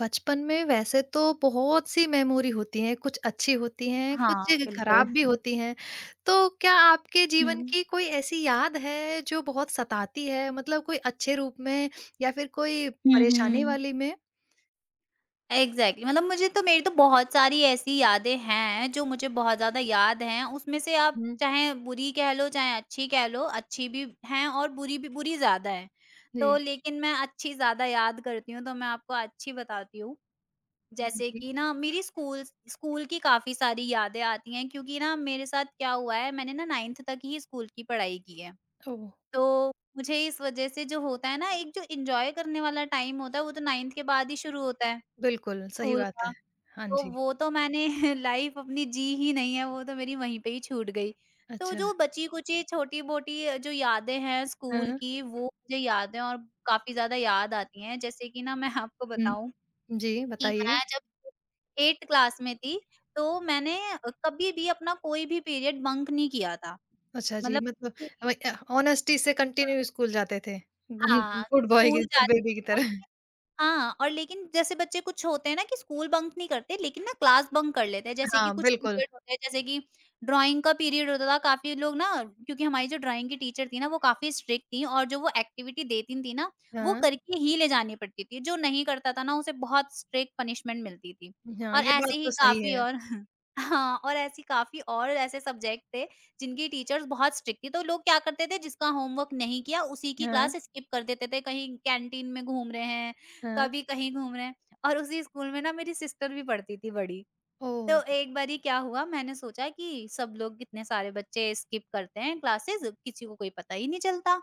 बचपन में वैसे तो बहुत सी मेमोरी होती हैं, कुछ अच्छी होती हैं, हाँ, कुछ बिल्कुल। खराब भी होती हैं। तो क्या आपके जीवन हुँ। की कोई ऐसी याद है जो बहुत सताती है? मतलब कोई अच्छे रूप में या फिर कोई हुँ, परेशानी हुँ। वाली में? एग्ज़ैक्टली मतलब मुझे तो मेरी तो बहुत सारी ऐसी यादें हैं, जो मुझे बहुत ज़्यादा याद हैं। उसमें से आप हुँ, चाहे बुरी कह लो, चाहे अच्छी कह लो, अच्छी भी हैं और बुरी भी बुरी ज़्यादा है। तो जी। लेकिन मैं अच्छी ज़्यादा याद करती हूँ, तो मैं आपको अच्छी बताती हूँ। जैसे जी। कि ना मेरी स्कूल स्कूल की काफ़ी सारी यादें आती हैं क्योंकि ना मेरे साथ क्या हुआ है, मैंने ना 9th तक ही स्कूल की पढ़ाई की है। ओह! तो मुझे इस वजह से जो होता है ना एक जो एन्जॉय करने वाला टाइम होता है वो तो 9th के बाद ही शुरू होता है बिल्कुल, सही स्कूल बात का। है। हाँ तो जी। वो तो मैंने लाइफ अपनी जी ही नहीं है, वो तो मेरी वहीं पे ही छूट गई। तो अच्छा। जो बची-कुची छोटी-मोटी जो यादें हैं स्कूल हाँ। की वो मुझे याद हैं और काफ़ी ज़्यादा याद आती हैं। जैसे कि ना मैं आपको हुँ। बताऊँ जी, कि बताइए। मैं जब 8th क्लास में थी तो मैंने कभी भी अपना कोई भी पीरियड बंक नहीं किया था। अच्छा जी, मतलब मतलब कभी वही भी। ऑनेस्टी से कंटिन्यू स्कूल जाते थे। गुम हाँ, गुड बॉय स्कूल की गुड जाती बेबी थी की और तरह। हाँ, और लेकिन जैसे बच्चे कुछ होते हैं ना कि स्कूल बंक नहीं करते, लेकिन ना क्लास बंक कर लेते हैं। जैसे कि हाँ, कुछ बिल्कुल। पीरियड होते हैं, जैसे कि ड्राइंग का पीरियड होता था, काफ़ी लोग ना क्योंकि हमारी जो ड्राइंग की टीचर थी ना, वो काफ़ी स्ट्रिक्ट थीं और जो वो एक्टिविटी देती थीं ना, वो हाँ। करके ही ले जानी पड़ती थी। जो नहीं करता था ना, उसे बहुत स्ट्रिक्ट पनिशमेंट मिलती थी। हाँ, और ये बात ऐसे ही तो सही काफ़ी है। और हाँ, और ऐसी काफ़ी और ऐसे सब्जेक्ट थे, जिनकी टीचर्स बहुत स्ट्रिक्ट थीं। तो लोग क्या करते थे, जिसका होमवर्क नहीं किया, उसी की हाँ, क्लास स्किप कर देते थे। कहीं कैंटीन में घूम रहे हैं हाँ। कभी कहीं घूम रहे हैं और उसी स्कूल में ना मेरी सिस्टर भी पढ़ती थी बड़ी। तो ओह! एक बारी क्या हुआ मैंने सोचा कि सब लोग कितने सारे बच्चे स्किप करते हैं क्लासेस किसी को कोई पता ही नहीं चलता।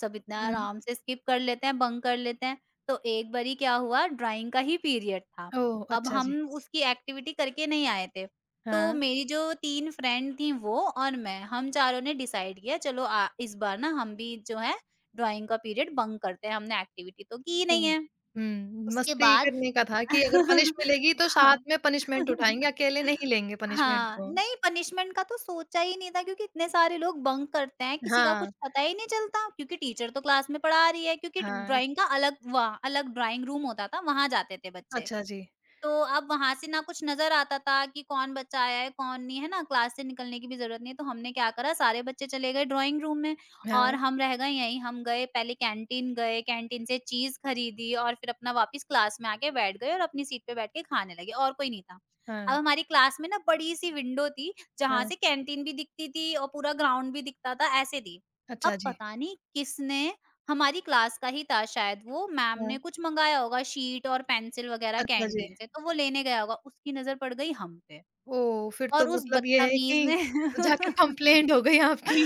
सब इतना हुँ। आराम से स्किप कर लेते हैं, बंक कर लेते हैं। तो एक बारी क्या हुआ ड्राइंग का ही पीरियड था। ओह! अब अच्छा हम जी। उसकी एक्टिविटी करके नहीं आए थे। तो हाँ, मेरी जो 3 फ्रेंड थी वो और मैं हम चारों ने डिसाइड किया चलो इस बार ना हम भी जो है ड्राइंग का पीरियड बंक करते हैं। हमने एक्टिविटी तो की ही ओह! नहीं है। हुँ, उसके मस्ती बाद करने का था कि अगर पनिश मिलेगी तो हाँ। साथ में पनिशमेंट उठाएँगे, अकेले नहीं लेंगे पनिशमेंट हाँ, को। नहीं पनिशमेंट का तो सोचा ही नहीं था क्योंकि इतने सारे लोग बंक करते हैं, किसी का कुछ हाँ, पता ही नहीं चलता क्योंकि टीचर तो क्लास में पढ़ा रही है क्योंकि हाँ। ड्राइंग का अलग वहाँ अलग ड्राइंग रूम होता था, वहाँ जाते थे बच्चे। अच्छा जी। तो अब वहाँ से ना कुछ नज़र आता था कि कौन बच्चा आया है, कौन नहीं, है ना? क्लास से निकलने की भी ज़रूरत नहीं है, तो हमने क्या करा सारे बच्चे चले गए ड्राइंग रूम में और हाँ, हम रह गए यहीं। हम गए पहले कैंटीन गए, कैंटीन से चीज़ खरीदी और फिर अपना वापस क्लास में आके बैठ गए और अपनी सीट पे बैठ के खाने लगे और कोई नहीं था। अब हाँ, हमारी क्लास में ना बड़ी-सी विंडो थी, जहाँ हाँ। से कैंटीन भी दिखती थी और पूरा ग्राउंड भी दिखता था, ऐसे थी। अच्छा अब जी। पता नहीं किसने हमारी क्लास का ही था शायद वो, मैम हाँ, ने कुछ मँगाया होगा शीट और पेंसिल वग़ैरह अच्छा जी। कैंटीन से, तो वो लेने गया होगा, उसकी नज़र पड़ गई हम पे ओह! फिर तो और उस मतलब ये है बदतमीज़ कि ने जाके कंप्लेंट हो गई आपकी।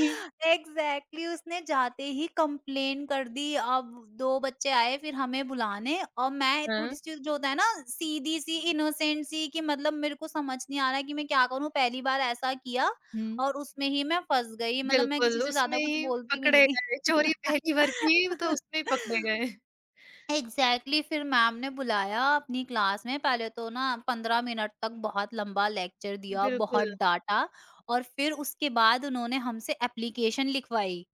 एग्ज़ैक्टली उसने जाते ही कंप्लेन कर दी। अब 2 बच्चे आए फिर हमें बुलाने और मैं हाँ, थोड़ी-सी जो होता है ना सीधी-सी, इनोसेंट सी कि मतलब मेरे को समझ नहीं आ रहा है कि मैं क्या करूँ? पहली बार ऐसा किया हुँ। और उसमें ही मैं फँस गई, मतलब मैं किसी बिल्कुल, से ज़्यादा उसमें कुछ ही बोलती भी नहीं पकड़े थी। गए, चोरी पहली बार की तो उसमें ही पकड़े गए। एग्जैक्टली exactly, फिर मैम ने बुलाया अपनी क्लास में पहले तो ना 15 मिनट तक बहुत लंबा लेक्चर दिया बिल्कुल, बहुत डांटा और फिर उसके बाद उन्होंने हमसे एप्लीकेशन लिखवाई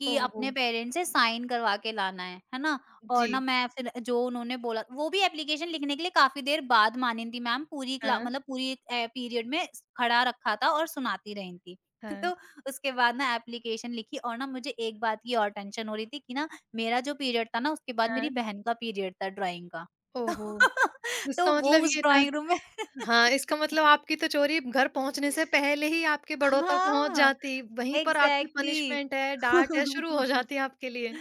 कि ओहो! अपने पेरेंट्स से साइन करवा के लाना है ना? और ना जी, मैं फिर जो उन्होंने बोला वो भी एप्लीकेशन लिखने के लिए काफ़ी देर बाद मानी थी मैम, पूरी क्ला हाँ, मतलब पूरी पीरियड में खड़ा रखा था और सुनाती रही थी। हाँ, तो उसके बाद ना एप्लीकेशन लिखी और ना मुझे एक बात की और टेंशन हो रही थी कि ना मेरा जो पीरियड था ना उसके बाद हाँ, मेरी बहन का पीरियड था ड्राइंग का। ओहो! तो इसका वो मतलब उस ये था ड्राइंग रूम में। हाँ, इसका मतलब आपकी तो चोरी घर पहुँचने से पहले ही आपके बड़ों तक पहुँच हाँ, जाती, वहीं पर आपकी एग्ज़ैक्टली। पनिशमेंट है, डाँट है, शुरू हो जाती आपके लिए।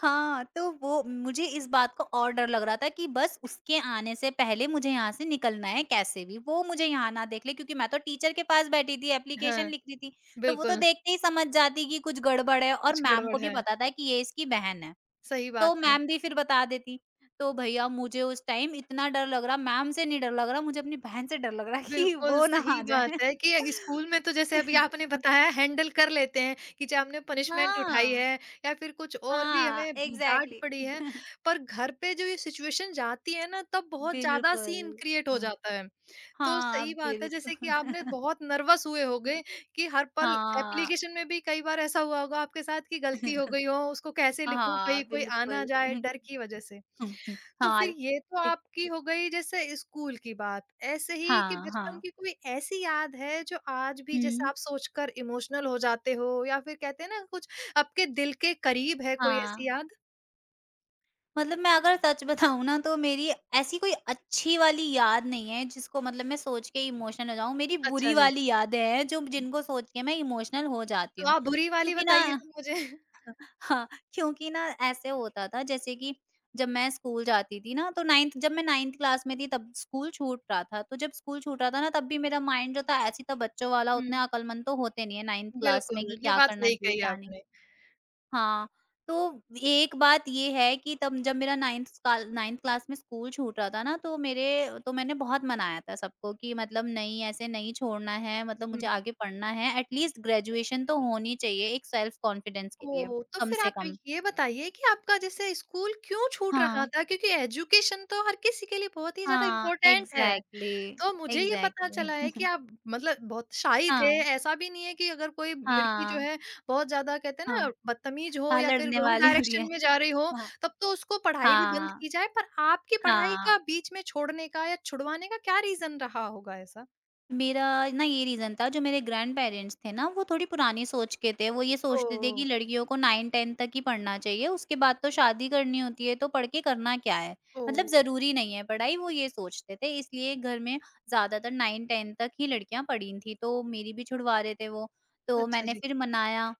हाँ, तो वो मुझे इस बात का और डर लग रहा था कि बस उसके आने से पहले मुझे यहाँ से निकलना है कैसे भी, वो मुझे यहाँ ना देख ले क्योंकि मैं तो टीचर के पास बैठी थी, एप्लीकेशन हाँ, लिख रही थी, तो वो तो बिल्कुल, देखते ही समझ जाती कि कुछ गड़बड़ है और कुछ मैम को गड़बड़ भी है, पता था कि ये इसकी बहन है, सही तो बात है। मैम भी फिर बता देती। तो भैया मुझे उस टाइम इतना डर लग रहा, मैम से नहीं डर लग रहा, मुझे अपनी बहन से डर लग रहा कि बिल्कुल, वो ना सही आ जाए। बात है कि स्कूल में तो जैसे अभी आपने बताया हैंडल कर लेते हैं कि चाहे हमने पनिशमेंट उठाई हाँ, है या फिर कुछ और भी हाँ, हमें डाँट एग्ज़ैक्टली पड़ी है, पर घर पे जो ये सिचुएशन जाती है ना तब बहुत ज़्यादा सीन बिल्कुल। क्रिएट हो हाँ। जाता है। तो हाँ, सही बात है बिल्कुल। जैसे कि आपने बहुत नर्वस हुए होंगे कि हर पल हाँ। एप्लीकेशन में भी कई बार ऐसा हुआ होगा आपके साथ कि गलती हो गई हो उसको कैसे लिखूं हाँ, कहीं कोई आ ना बिल्कुल। जाए डर की वजह से। तो हाँ, फिर ये तो ठीक। आपकी हो गई जैसे स्कूल की बात। ऐसे ही कि हाँ, बचपन हाँ। की कोई ऐसी याद है जो आज भी जैसे हुँ, आप सोचकर इमोशनल हो जाते हो या फिर कहते हैं ना कुछ आपके दिल के करीब है कोई ऐसी हाँ। याद। मतलब मैं अगर सच बताऊँ ना तो मेरी ऐसी कोई अच्छी वाली याद नहीं है जिसको मतलब मैं सोच के इमोशनल हो जाऊँ। मेरी बुरी अच्छा जी, वाली यादें हैं जो जिनको सोच के मैं इमोशनल हो जाती तो हूँ। आप बुरी वाली क्योंकि ना बताइए फिर मुझे। हाँ, क्योंकि ना ऐसे होता था जैसे कि जब मैं स्कूल जाती थी ना तो 9th जब मैं 9th क्लास में थी तब स्कूल छूट रहा था। तो जब स्कूल छूट रहा था ना तब भी मेरा माइंड जो था ऐसे ही था बच्चों वाला उतने हम्म, अकलमंद तो होते नहीं है 9th क्लास में बिल्कुल कि ये क्या बात करना सही चाहिए कही क्या नहीं। आपने। हाँ, तो एक बात ये है कि तब जब मेरा 9th क्लास में स्कूल छूट रहा था ना तो मेरे तो मैंने बहुत मनाया था सबको कि मतलब नहीं ऐसे नहीं छोड़ना है मतलब मुझे हम्म। आगे पढ़ना है एटलीस्ट ग्रेजुएशन तो होनी चाहिए एक सेल्फ कॉन्फिडेंस के लिए, ओह! तो कम फिर से आप कम। ये बताइए कि आपका जैसे स्कूल क्यों छूट रहा हाँ, था? क्योंकि एजुकेशन तो हर किसी के लिए बहुत ही ज़्यादा हाँ, इम्पोर्टेंट है। एग्ज़ैक्टली, तो मुझे ये पता चला है कि एग्ज़ैक्टली आप मतलब बहुत शाई थे, हाँ, ऐसा भी नहीं है कि अगर कोई लड़की जो हाँ, है बहुत ज़्यादा कहते हैं हाँ, ना बदतमीज़ हो हाँ, या फिर लड़ने रॉन्ग वाली होती है। डायरेक्शन में जा रही हो, हाँ, तब तो उसको पढ़ाई भी बंद हाँ, की जाए, पर आपकी पढ़ाई हाँ। का बीच में छोड़ने का या छुड़वाने का क्या रीज़न रहा होगा ऐसा? मेरा ना ये रीज़न था जो मेरे ग्रैंडपेरेंट्स थे ना वो थोड़ी पुरानी सोच के थे। वो ये सोचते थे कि ओह! लड़कियों को 9-10 तक ही पढ़ना चाहिए, उसके बाद तो शादी करनी होती है तो पढ़ के करना क्या है? मतलब ओह! ज़रूरी नहीं है पढ़ाई वो ये सोचते थे इसलिए घर में ज़्यादातर 9-10 तक ही लड़कियाँ पढ़ी थी तो मेरी भी छुड़वा रहे थे वो। तो अच्छा मैंने जी। फिर मनाया,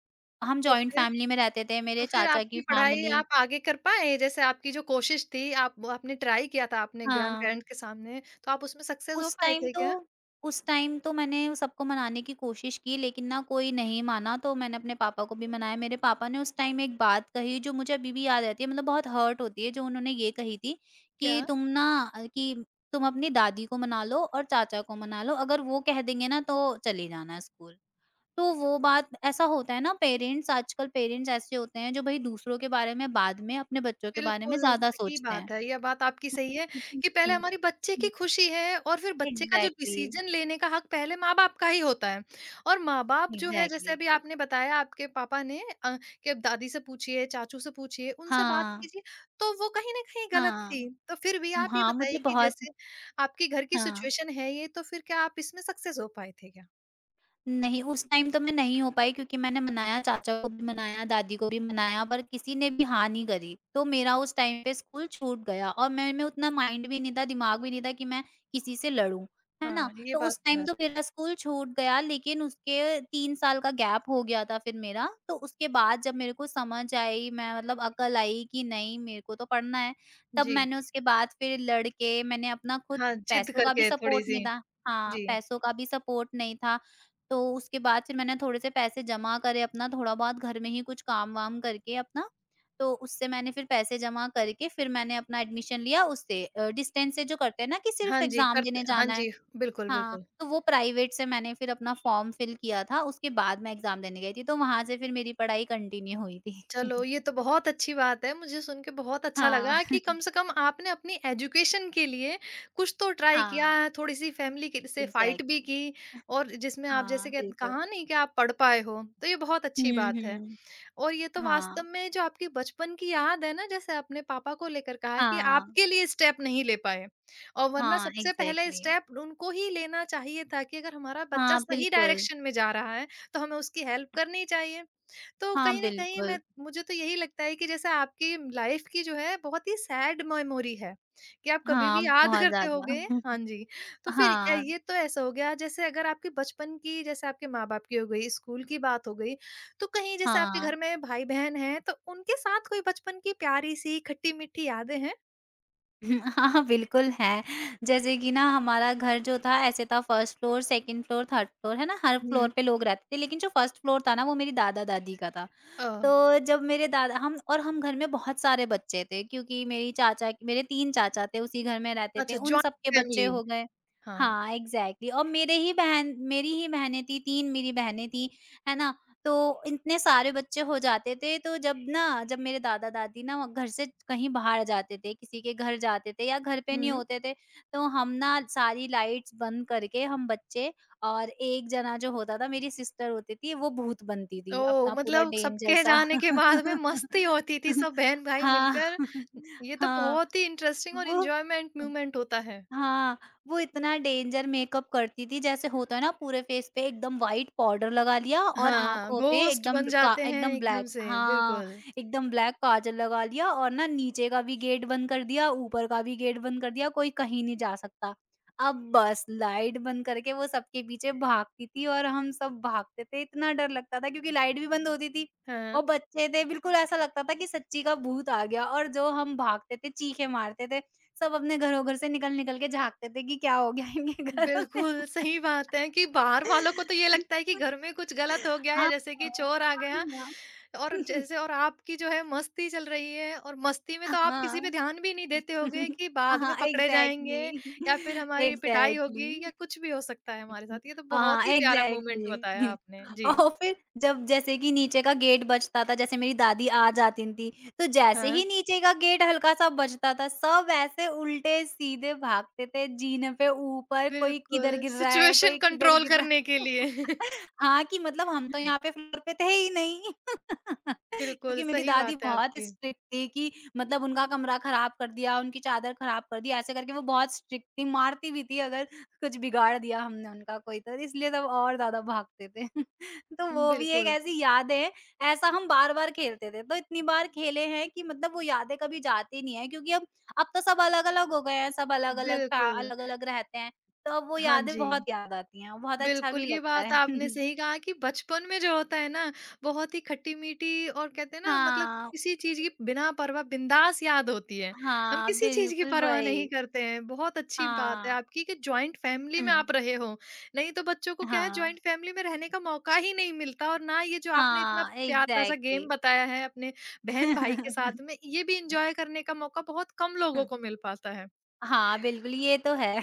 हम तो जॉइंट फिर? फैमिली में रहते थे, तो मेरे फिर चाचा की आपकी पढ़ाई फैमिली। आप आगे कर पाए? जैसे आपकी जो कोशिश थी, आप वो आपने ट्राई किया था आपने हाँ। ग्रैंडपेरेंट के सामने, तो आप उसमें सक्सेस हो उस पाए टाइम थे तो क्या? उस टाइम तो मैंने सबको मनाने की कोशिश की लेकिन ना कोई नहीं माना तो मैंने अपने पापा को भी मनाया। मेरे पापा ने उस टाइम एक बात कही जो मुझे अभी भी याद रहती है मतलब बहुत हर्ट होती है जो उन्होंने ये कही थी कि क्या? अ, कि तुम अपनी दादी को मना लो और चाचा को मना लो अगर वो कह देंगे ना तो चली जाना स्कूल। तो वो बात ऐसा होता है ना पेरेंट्स आजकल पेरेंट्स ऐसे होते हैं जो भई दूसरों के बारे में बाद में अपने बच्चों के बारे में बिल्कुल, ज़्यादा सही सोचते हैं। बात है। यह बात आपकी सही है जी, कि पहले हाँ। हमारी बच्चे की खुशी है और फिर बच्चे का जो एग्ज़ैक्टली, डिसीज़न लेने का हक पहले माँ-बाप का ही होता है। और माँ-बाप जो है जैसे एग्ज़ैक्टली। अभी आपने बताया आपके पापा ने कि अब दादी से पूछिए, चाचू से पूछिए, उनसे बात हाँ, कीजिए, तो वो कहीं न कहीं गलत हाँ। थी। तो फिर भी आप ये हाँ, मुझे बताइए कि बहुत। जैसे आपके घर की हाँ। सिचुएशन है ये, तो फिर क्या आप इसमें सक्सेस हो पाए थे क्या? नहीं, उस टाइम तो मैं नहीं हो पाई क्योंकि मैंने मनाया, चाचा को भी मनाया, दादी को भी मनाया पर किसी ने भी हाँ नहीं करी। तो मेरा उस टाइम पे स्कूल छूट गया और मेरे में उतना माइंड भी नहीं था, दिमाग भी नहीं था कि मैं किसी से लड़ूँ, है ना? हाँ, ये तो बात उस तो टाइम है। तो मेरा स्कूल छूट गया लेकिन उसके 3 साल का गैप हो गया था फिर मेरा। तो उसके बाद जब मेरे को समझ आई, मैं मतलब अकल आई कि नहीं मेरे को तो पढ़ना है, तब जी। मैंने उसके बाद फिर लड़ के मैंने अपना खुद हाँ, ज़िद पैसों का भी करके सपोर्ट नहीं थोड़ी-सी। था हाँ, जी। पैसों का भी सपोर्ट नहीं था। तो उसके बाद फिर मैंने थोड़े से पैसे जमा करे अपना थोड़ा बहुत घर में ही कुछ काम वाम करके अपना, तो उससे मैंने फिर पैसे जमा करके फिर मैंने अपना एडमिशन लिया उससे डिस्टेंस से जो करते हैं ना कि सिर्फ़ हाँ जी, एग्ज़ाम देने करते हाँ जाना है। जी, बिल्कुल, हाँ, बिल्कुल। तो वो प्राइवेट से मैंने फिर अपना फ़ॉर्म फिल किया था, उसके बाद मैं एग्ज़ाम देने गई थी, तो वहाँ से फिर मेरी पढ़ाई कंटिन्यू हुई थी। चलो, ये तो बहुत अच्छी बात है। मुझे सुन के बहुत अच्छा हाँ, लगा कि कम से कम आपने अपनी एजुकेशन के लिए कुछ तो ट्राई किया हाँ, है, थोड़ी-सी फैमिली के से फाइट भी एग्ज़ैक्टली। की और जिसमें आप हाँ, जैसे कह बिल्कुल। कहा नहीं कि आप पढ़ पाए हो, तो ये बहुत हुँ, अच्छी बात है। हुँ। और ये तो वास्तव हाँ, में जो आपकी बचपन की याद है ना, जैसे अपने पापा को लेकर कहा कि हाँ, आपके लिए स्टेप नहीं ले पाए और वरना हाँ, सबसे पहले एग्ज़ैक्टली। स्टेप उनको ही लेना चाहिए था कि अगर हमारा बच्चा हाँ, सही बिल्कुल। डायरेक्शन में जा रहा है, तो हमें उसकी हेल्प करनी चाहिए। तो हाँ, कहीं न कहीं मैं बिल्कुल। मुझे तो यही लगता है कि जैसे आपकी लाइफ़ की जो है बहुत ही सैड मेमोरी है, कि आप कभी हाँ, भी याद बहुत करते होंगे। ज़्यादा। हाँ जी। तो फिर हाँ, ये तो ऐसा हो गया जैसे अगर आपके बचपन की जैसे आपके माँ-बाप की हो गई, स्कूल की बात हो गई, तो कहीं जैसे आपके हाँ। घर में भाई-बहन हैं, तो उनके साथ कोई बचपन की प्यारी-सी खट्टी-मीठी यादें हैं? हाँ, बिल्कुल है। जैसे कि ना हमारा घर जो था ऐसे था first floor, second floor, third floor है ना? हर फ्लोर हुँ। पे लोग रहते थे, लेकिन जो फर्स्ट फ्लोर था ना वो मेरी दादा-दादी का था। अ, तो जब मेरे दादा हम और हम घर में बहुत सारे बच्चे थे, क्योंकि मेरी चाचा मेरे 3 चाचा थे उसी घर में रहते थे, अच्छा, उन जॉइंट सबके बच्चे फैमिली। हो गए। हाँ। हाँ, एग्ज़ैक्टली। और मेरे ही बहन मेरी ही बहनें थी 3 मेरी बहनें थी, है ना? तो इतने सारे बच्चे हो जाते थे, तो जब मेरे दादा-दादी ना घर से कहीं बाहर जाते थे, किसी के घर जाते थे या घर पे नहीं हुँ। होते थे, तो हम ना सारी लाइट्स बंद करके, हम बच्चे, और एक जना जो होता था मेरी सिस्टर होती थी, वो भूत बनती थी, ओह! अपना पूरा मतलब डेंजर सबके सा। जाने के बाद में मस्ती होती थी सब बहन-भाई हाँ। मिलकर। ये तो हाँ। बहुत ही इंटरेस्टिंग और वो एन्जॉयमेंट मोमेंट होता है। हाँ, वो इतना डेंजर मेकअप करती थी, जैसे होता है ना पूरे फेस पे एकदम व्हाइट पाउडर लगा लिया और हाँ, आँखों पे घोस्ट एकदम बन का जाते हैं एकदम एकदम ब्लैक, से, हाँ, बिल्कुल। एकदम ब्लैक काजल लगा लिया, और ना नीचे का भी गेट बंद कर दिया, ऊपर का भी गेट बंद कर दिया, कोई कहीं नहीं जा सकता। अब बस लाइट बंद करके वो सबके पीछे भागती थी और हम सब भागते थे, इतना डर लगता था, क्योंकि लाइट भी बंद होती थी हाँ। और बच्चे थे, बिल्कुल ऐसा लगता था कि सच्ची का भूत आ गया, और जो हम भागते थे, चीखें मारते थे, सब अपने घरों घर से निकल-निकल के झाँकते थे कि क्या हो गया इनके घरों में। बिल्कुल, सही बात है कि बाहर वालों को तो ये लगता है कि घर में कुछ गलत हो गया या हाँ, जैसे कि हाँ। चोर आ गया और जैसे और आपकी जो है मस्ती चल रही है और मस्ती में तो आप किसी पे हाँ। ध्यान भी नहीं देते होगे कि बाद में हाँ, पकड़े जाएँगे एग्ज़ैक्टली, या फिर हमारी पिटाई होगी या एग्ज़ैक्टली। कुछ भी हो सकता है हमारे साथ। ये तो हाँ, बहुत ही प्यारा मोमेंट एग्ज़ैक्टली। बताया आपने। जी। और फिर जब जैसे कि नीचे का गेट बजता था, जैसे मेरी दादी आ जाती थी, तो जैसे हाँ, ही नीचे का गेट हल्का-सा बजता था, सब ऐसे उल्टे-सीधे भागते थे जीने पे ऊपर, कोई किधर बिल्कुल, गिर रहा है, सिचुएशन कोई किधर कंट्रोल गिर रहा करने है। के लिए। हाँ, कि मतलब हम तो यहाँ पे फ्लोर पे थे ही नहीं। बिल्कुल, क्योंकि मेरी सही दादी बात है बहुत आपकी। स्ट्रिक्ट थी कि मतलब उनका कमरा खराब कर दिया, उनकी चादर खराब कर दी, ऐसे करके वो बहुत स्ट्रिक्ट थी, मारती भी थी अगर कुछ बिगाड़ दिया हमने उनका कोई तो, इसलिए तब और ज़्यादा भागते थे। तो वो भी एक बिल्कुल, ऐसी याद है, ऐसा हम बार-बार खेलते थे, तो इतनी बार खेले हैं कि मतलब वो यादें कभी जाती नहीं है, क्योंकि अब तो सब अलग-अलग हो गए हैं, सब अलग-अलग का बिल्कुल। अलग-अलग रहते हैं, तो अब वो हाँ यादें जी। बहुत याद आती हैं, बहुत अच्छा बिल्कुल, भी ये लगता बात है। आपने सही कहा कि बचपन में जो होता है ना, बहुत ही खट्टी-मीठी और कहते हैं ना मतलब हाँ। किसी चीज़ की बिना परवाह बिंदास याद होती है। हम हाँ, किसी चीज़ की बिल्कुल परवाह नहीं वही। करते हैं, बहुत अच्छी बात है हाँ। आपकी कि जॉइंट फैमिली हुँ। में आप रहे हो। नहीं तो बच्चों को क्या है जॉइंट हाँ। फैमिली में रहने का मौका ही नहीं मिलता और ना ये जो आपने इतना हाँ, प्यारा सा एग्ज़ैक्टली। गेम बताया है अपने बहन-भाई के साथ में, ये भी एन्जॉय करने का मौका बहुत कम लोगों को मिल पाता है। हाँ, बिल्कुल ये तो है।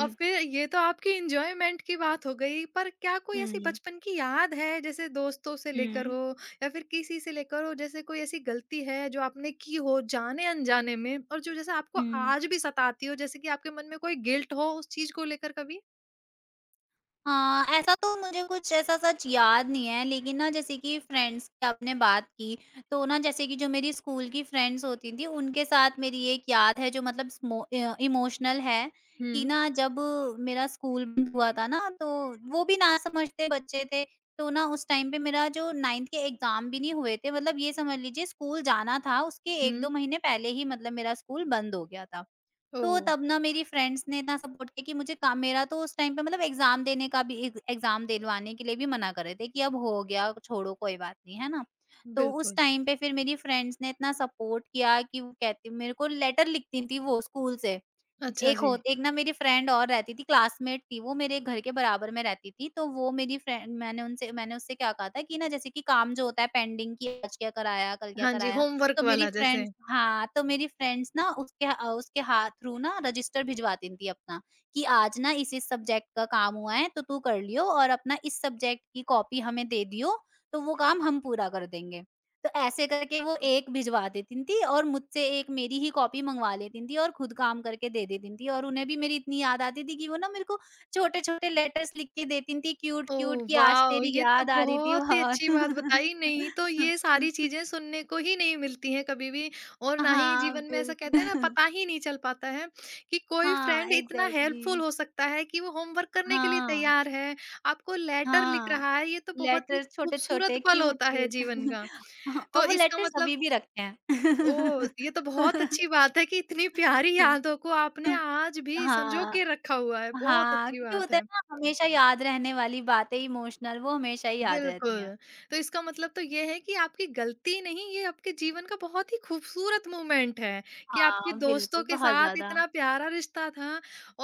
और फिर ये तो आपकी एन्जॉयमेंट की बात हो गई, पर क्या कोई ऐसी हुँ। बचपन की याद है, जैसे दोस्तों से लेकर हुँ। हो या फिर किसी से लेकर हो, जैसे कोई ऐसी गलती है जो आपने की हो जाने-अनजाने में और जो जैसे आपको हुँ। आज भी सताती हो, जैसे कि आपके मन में कोई गिल्ट हो उस चीज़ को लेकर कभी? हाँ, ऐसा तो मुझे कुछ ऐसा सच याद नहीं है, लेकिन ना जैसे कि फ्रेंड्स की आपने बात की, तो ना जैसे कि जो मेरी स्कूल की फ्रेंड्स होती थीं, उनके साथ मेरी एक याद है जो मतलब इमोशनल है, कि हुँ। ना जब मेरा स्कूल बंद हुआ था ना, तो वो भी ना समझते बच्चे थे, तो ना उस टाइम पे मेरा जो 9th के एग्ज़ाम भी नहीं हुए थे, मतलब ये समझ लीजिए स्कूल जाना था, उसके 1-2 हुँ। महीने पहले ही मतलब मेरा स्कूल बंद हो गया था। तो ओह! तब ना मेरी फ्रेंड्स ने इतना सपोर्ट किया कि मुझे काम, मेरा तो उस टाइम पे मतलब एग्ज़ाम देने का भी एग एग्ज़ाम दिलवाने के लिए भी मना कर रहे थे कि अब हो गया, छोड़ो कोई बात नहीं, है ना? तो उस बिल्कुल। टाइम पे फिर मेरी फ्रेंड्स ने इतना सपोर्ट किया कि वो कहती, मेरे को लेटर लिखती थी वो स्कूल से। अच्छा एक हो जी। एक ना मेरी फ्रेंड और रहती थी, क्लासमेट थी, वो मेरे घर के बराबर में रहती थी, तो वो मेरी फ्रेंड मैंने उनसे मैंने उससे क्या कहा था कि ना जैसे कि काम जो होता है पेंडिंग, कि आज क्या कराया, कल क्या हाँ जी, कराया? तो होमवर्क मेरी वाला जैसे। फ्रेंड्स हाँ, तो मेरी फ्रेंड्स ना उसके अ, उसके हा थ्रू ना रजिस्टर भिजवाती थी अपना, कि आज ना इस-इस सब्जेक्ट का काम हुआ है तो तू कर लियो, और अपना इस सब्जेक्ट की कॉपी हमें दे दियो, तो वो काम हम पूरा कर देंगे। तो ऐसे करके वो एक भिजवा देती थी और मुझसे एक मेरी ही कॉपी मँगवा लेती थी और खुद काम करके दे देती थी, और उन्हें भी मेरी इतनी याद आती थी कि वो ना मेरे को छोटे-छोटे लेटर्स लिख के देती थी, क्यूट-क्यूट, ओह कि आज वाओ! तेरी ये तो याद आ रही थी बहुत ही अच्छी बात बहुत। बताई, नहीं तो ये सारी चीज़ें सुनने को ही नहीं मिलती हैं कभी भी और ना ही हाँ, जीवन में ऐसा कहते हैं ना बिल्कुल। पता ही नहीं चल पाता है कि कोई हाँ, फ्रेंड इतना एग्ज़ैक्टली। हेल्पफुल हो सकता है कि वो होमवर्क करने के लिए हाँ, तैयार है, आपको लेटर लिख हाँ। रहा है, ये तो बहुत ही लेटर्स खूबसूरत छोटे-छोटे, पल होता है क्यूट-क्यूट। जीवन का। हाँ, तो और वो इसका लेटर्स मतलब अभी भी रखे हैं। ओह! ये तो बहुत अच्छी बात है कि इतनी प्यारी यादों को आपने आज भी संजो हाँ, के रखा हुआ है, बहुत हाँ, अच्छी क्योंकि बात होता है है। ना, हमेशा याद रहने वाली बातें इमोशनल, वो हमेशा ही याद रहती बिल्कुल, हैं। तो इसका मतलब तो ये है कि आपकी गलती नहीं, ये आपके जीवन का बहुत ही खूबसूरत मोमेंट है कि आपके हाँ, दोस्तों बिल्कुल, के बहुत साथ ज़्यादा। इतना प्यारा रिश्ता था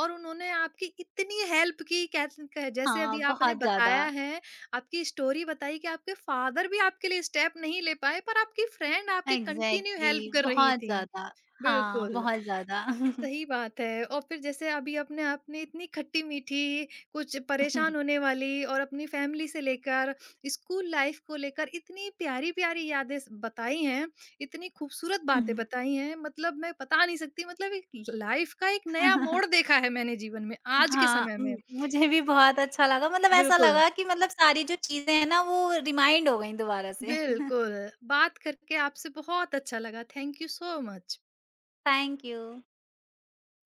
और उन्होंने आपकी इतनी हेल्प की कैस क जैसे हाँ, अभी आपने बहुत ज़्यादा। बताया है, आपकी स्टोरी बताई कि आपके फादर भी आपके लिए स्टेप नहीं ले पाए पर आपकी फ्रेंड आपकी कंटिन्यू हेल्प एग्ज़ैक्टली, कर रही बहुत थी। ज़्यादा। हाँ, बिल्कुल। बहुत ज़्यादा। सही बात है और फिर जैसे अभी अपने आपने इतनी खट्टी मीठी कुछ परेशान होने वाली और अपनी फैमिली से लेकर स्कूल लाइफ को लेकर इतनी प्यारी प्यारी यादें बताई हैं, इतनी खूबसूरत हुँ। बातें बताई हैं, मतलब मैं बता नहीं सकती, मतलब एक लाइफ का एक नया मोड़ देखा है मैंने जीवन में आज के हाँ, समय में। मुझे भी बहुत अच्छा लगा, मतलब ऐसा बिल्कुल, लगा कि मतलब सारी जो चीज़ें हैं ना, वो रिमाइंड हो गई दोबारा से। बिल्कुल, बात करके आपसे बहुत अच्छा लगा, thank you so much. Thank you.